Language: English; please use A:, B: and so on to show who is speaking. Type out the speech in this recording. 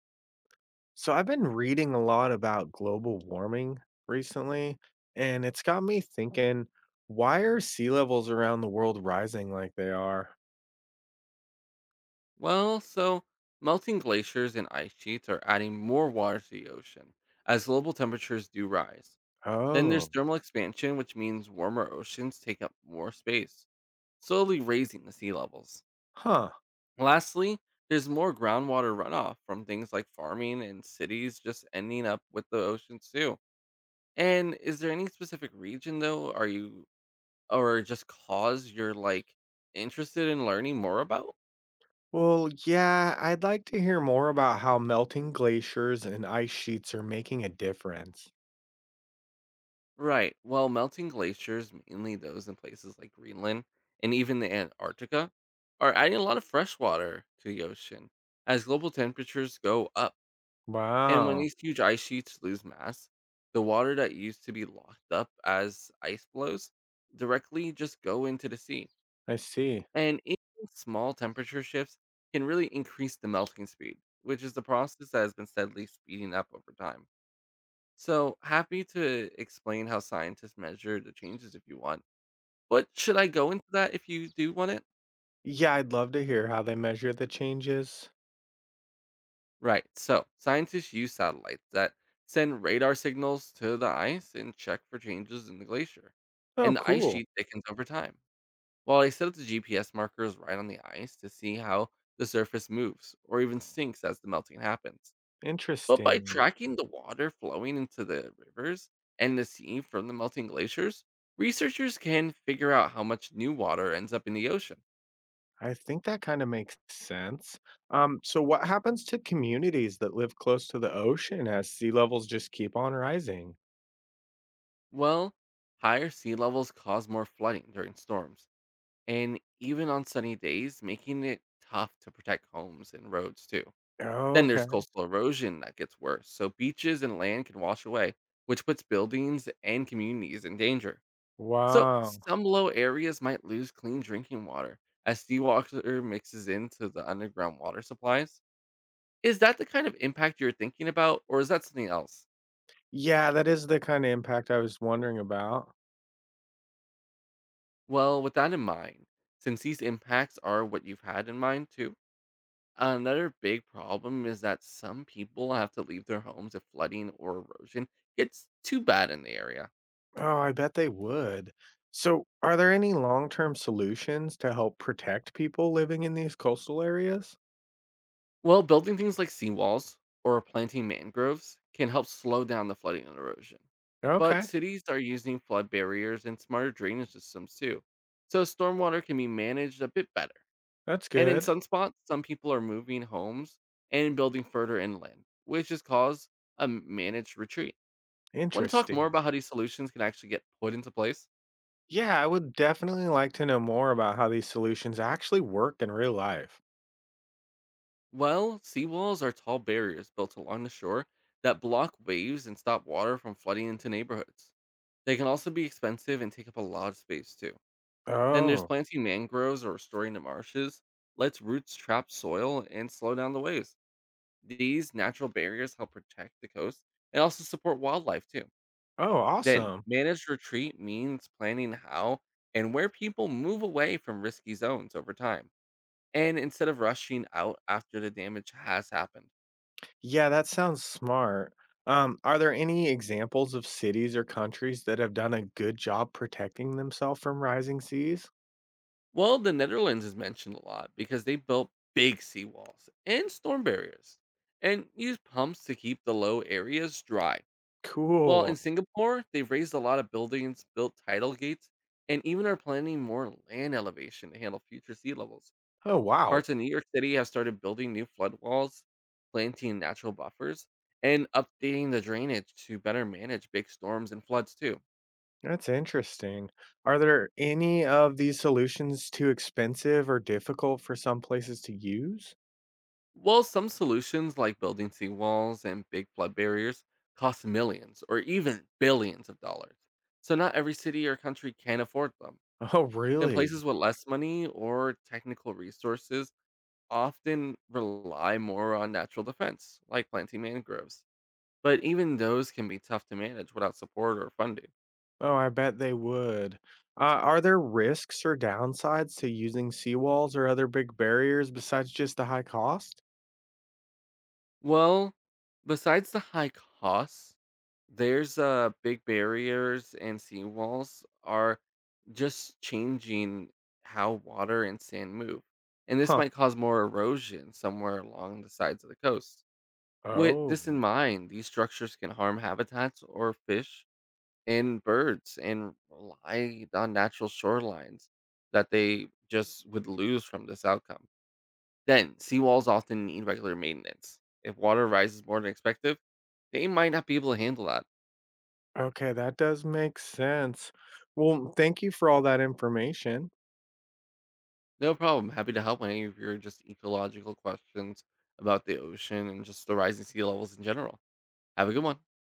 A: So I've been reading a lot about global warming recently, and it's got me thinking, why are sea levels around the world rising like they are?
B: Well, so melting glaciers and ice sheets are adding more water to the ocean as global temperatures do rise. Then there's
A: Oh,
B: thermal expansion, which means warmer oceans take up more space, slowly raising the sea levels.
A: huh.
B: Lastly, there's more groundwater runoff from things like farming and cities just ending up with the oceans too. And is there any specific region though? Are you or just cause you're like interested in learning more about?
A: Well, yeah, I'd like to hear more about how melting glaciers and ice sheets are making a difference.
B: Right. Well, melting glaciers, mainly those in places like Greenland and even the Antarctica, are adding a lot of fresh water to the ocean as global temperatures go up. And when
A: Wow,
B: these huge ice sheets lose mass, the water that used to be locked up as ice flows directly just go into the sea.
A: I see.
B: And even small temperature shifts can really increase the melting speed, which is the process that has been steadily speeding up over time. So happy to explain how scientists measure the changes if you want. But should I go into that if you do want it?
A: Yeah, I'd love to hear how they measure the changes.
B: Right. So scientists use satellites that send radar signals to the ice and check for changes in the glacier.
A: Oh,
B: And the ice
A: cool.
B: sheet thickens over time. While they set up the GPS markers right on the ice to see how the surface moves or even sinks as the melting happens. But by
A: Interesting.
B: tracking the water flowing into the rivers and the sea from the melting glaciers, researchers can figure out how much new water ends up in the ocean.
A: I think that kinda makes sense. So what happens to communities that live close to the ocean as sea levels just keep on rising?
B: Well, higher sea levels cause more flooding during storms, and even on sunny days, making it tough to protect homes and roads too. Then there's
A: Okay.
B: coastal erosion that gets worse, so beaches and land can wash away, which puts buildings and communities in danger. So,
A: Wow.
B: some low areas might lose clean drinking water as seawater mixes into the underground water supplies. Is that the kind of impact you're thinking about, or is that something else?
A: Yeah, that is the kinda impact I was wondering about.
B: Well, with that in mind, since these impacts are what you've had in mind too, another big problem is that some people have to leave their homes if flooding or erosion gets too bad in the area.
A: Oh, I bet they would. So, are there any long-term solutions to help protect people living in these coastal areas?
B: Well, building things like seawalls or planting mangroves can help slow down the flooding and erosion. But
A: Okay,
B: cities are using flood barriers and smarter drainage systems too. So stormwater can be managed a bit better.
A: that's
B: And in
A: good.
B: some spots, some people are moving homes and building further inland, which has caused a managed retreat. Want to talk more
A: Interesting.
B: about how these solutions can actually get put into place?
A: Yeah, I would definitely like to know more about how these solutions actually work in real life.
B: Well, seawalls are tall barriers built along the shore that block waves and stop water from flooding into neighborhoods. They can also be expensive and take up a lot of space too. Then there's
A: Oh.
B: planting mangroves or restoring the marshes, lets roots trap soil and slow down the waves. These natural barriers help protect the coast and also support wildlife too.
A: Oh,
B: Then,
A: awesome.
B: managed retreat means planning how and where people move away from risky zones over time, and instead of rushing out after the damage has happened.
A: Yeah, that sounds smart. Are there any examples of cities or countries that have done a good job protecting themselves from rising seas?
B: Well, the Netherlands is mentioned a lot because they built big seawalls and storm barriers and used pumps to keep the low areas dry. While
A: Cool.
B: in Singapore, they've raised a lot of buildings, built tidal gates, and even are planning more land elevation to handle future sea levels.
A: Oh, wow.
B: Parts of New York City have started building new flood walls, planting natural buffers, and updating the drainage to better manage big storms and floods, too.
A: That's interesting. Are there any of these solutions too expensive or difficult for some places to use?
B: Well, some solutions like building seawalls and big flood barriers cost millions or even billions of dollars. So not every city or country can afford them.
A: Oh,
B: Then
A: really?
B: places with less money or technical resources often rely more on natural defense, like planting mangroves. But even those can be tough to manage without support or funding.
A: Oh, I bet they would. Are there risks or downsides to using seawalls or other big barriers besides just the high cost?
B: Well, besides the high costs, there's big barriers and seawalls are just changing how water and sand move. And this
A: Huh.
B: might cause more erosion somewhere along the sides of the coast. With this in
A: Oh.
B: mind, these structures can harm habitats or fish and birds and rely on natural shorelines that they just would lose from this outcome. Then, seawalls often need regular maintenance. If water rises more than expected, they might not be able to handle that.
A: Okay, that does make sense. Well, thank you for all that information.
B: No problem. Happy to help on any of your just ecological questions about the ocean and just the rising sea levels in general. Have a good one.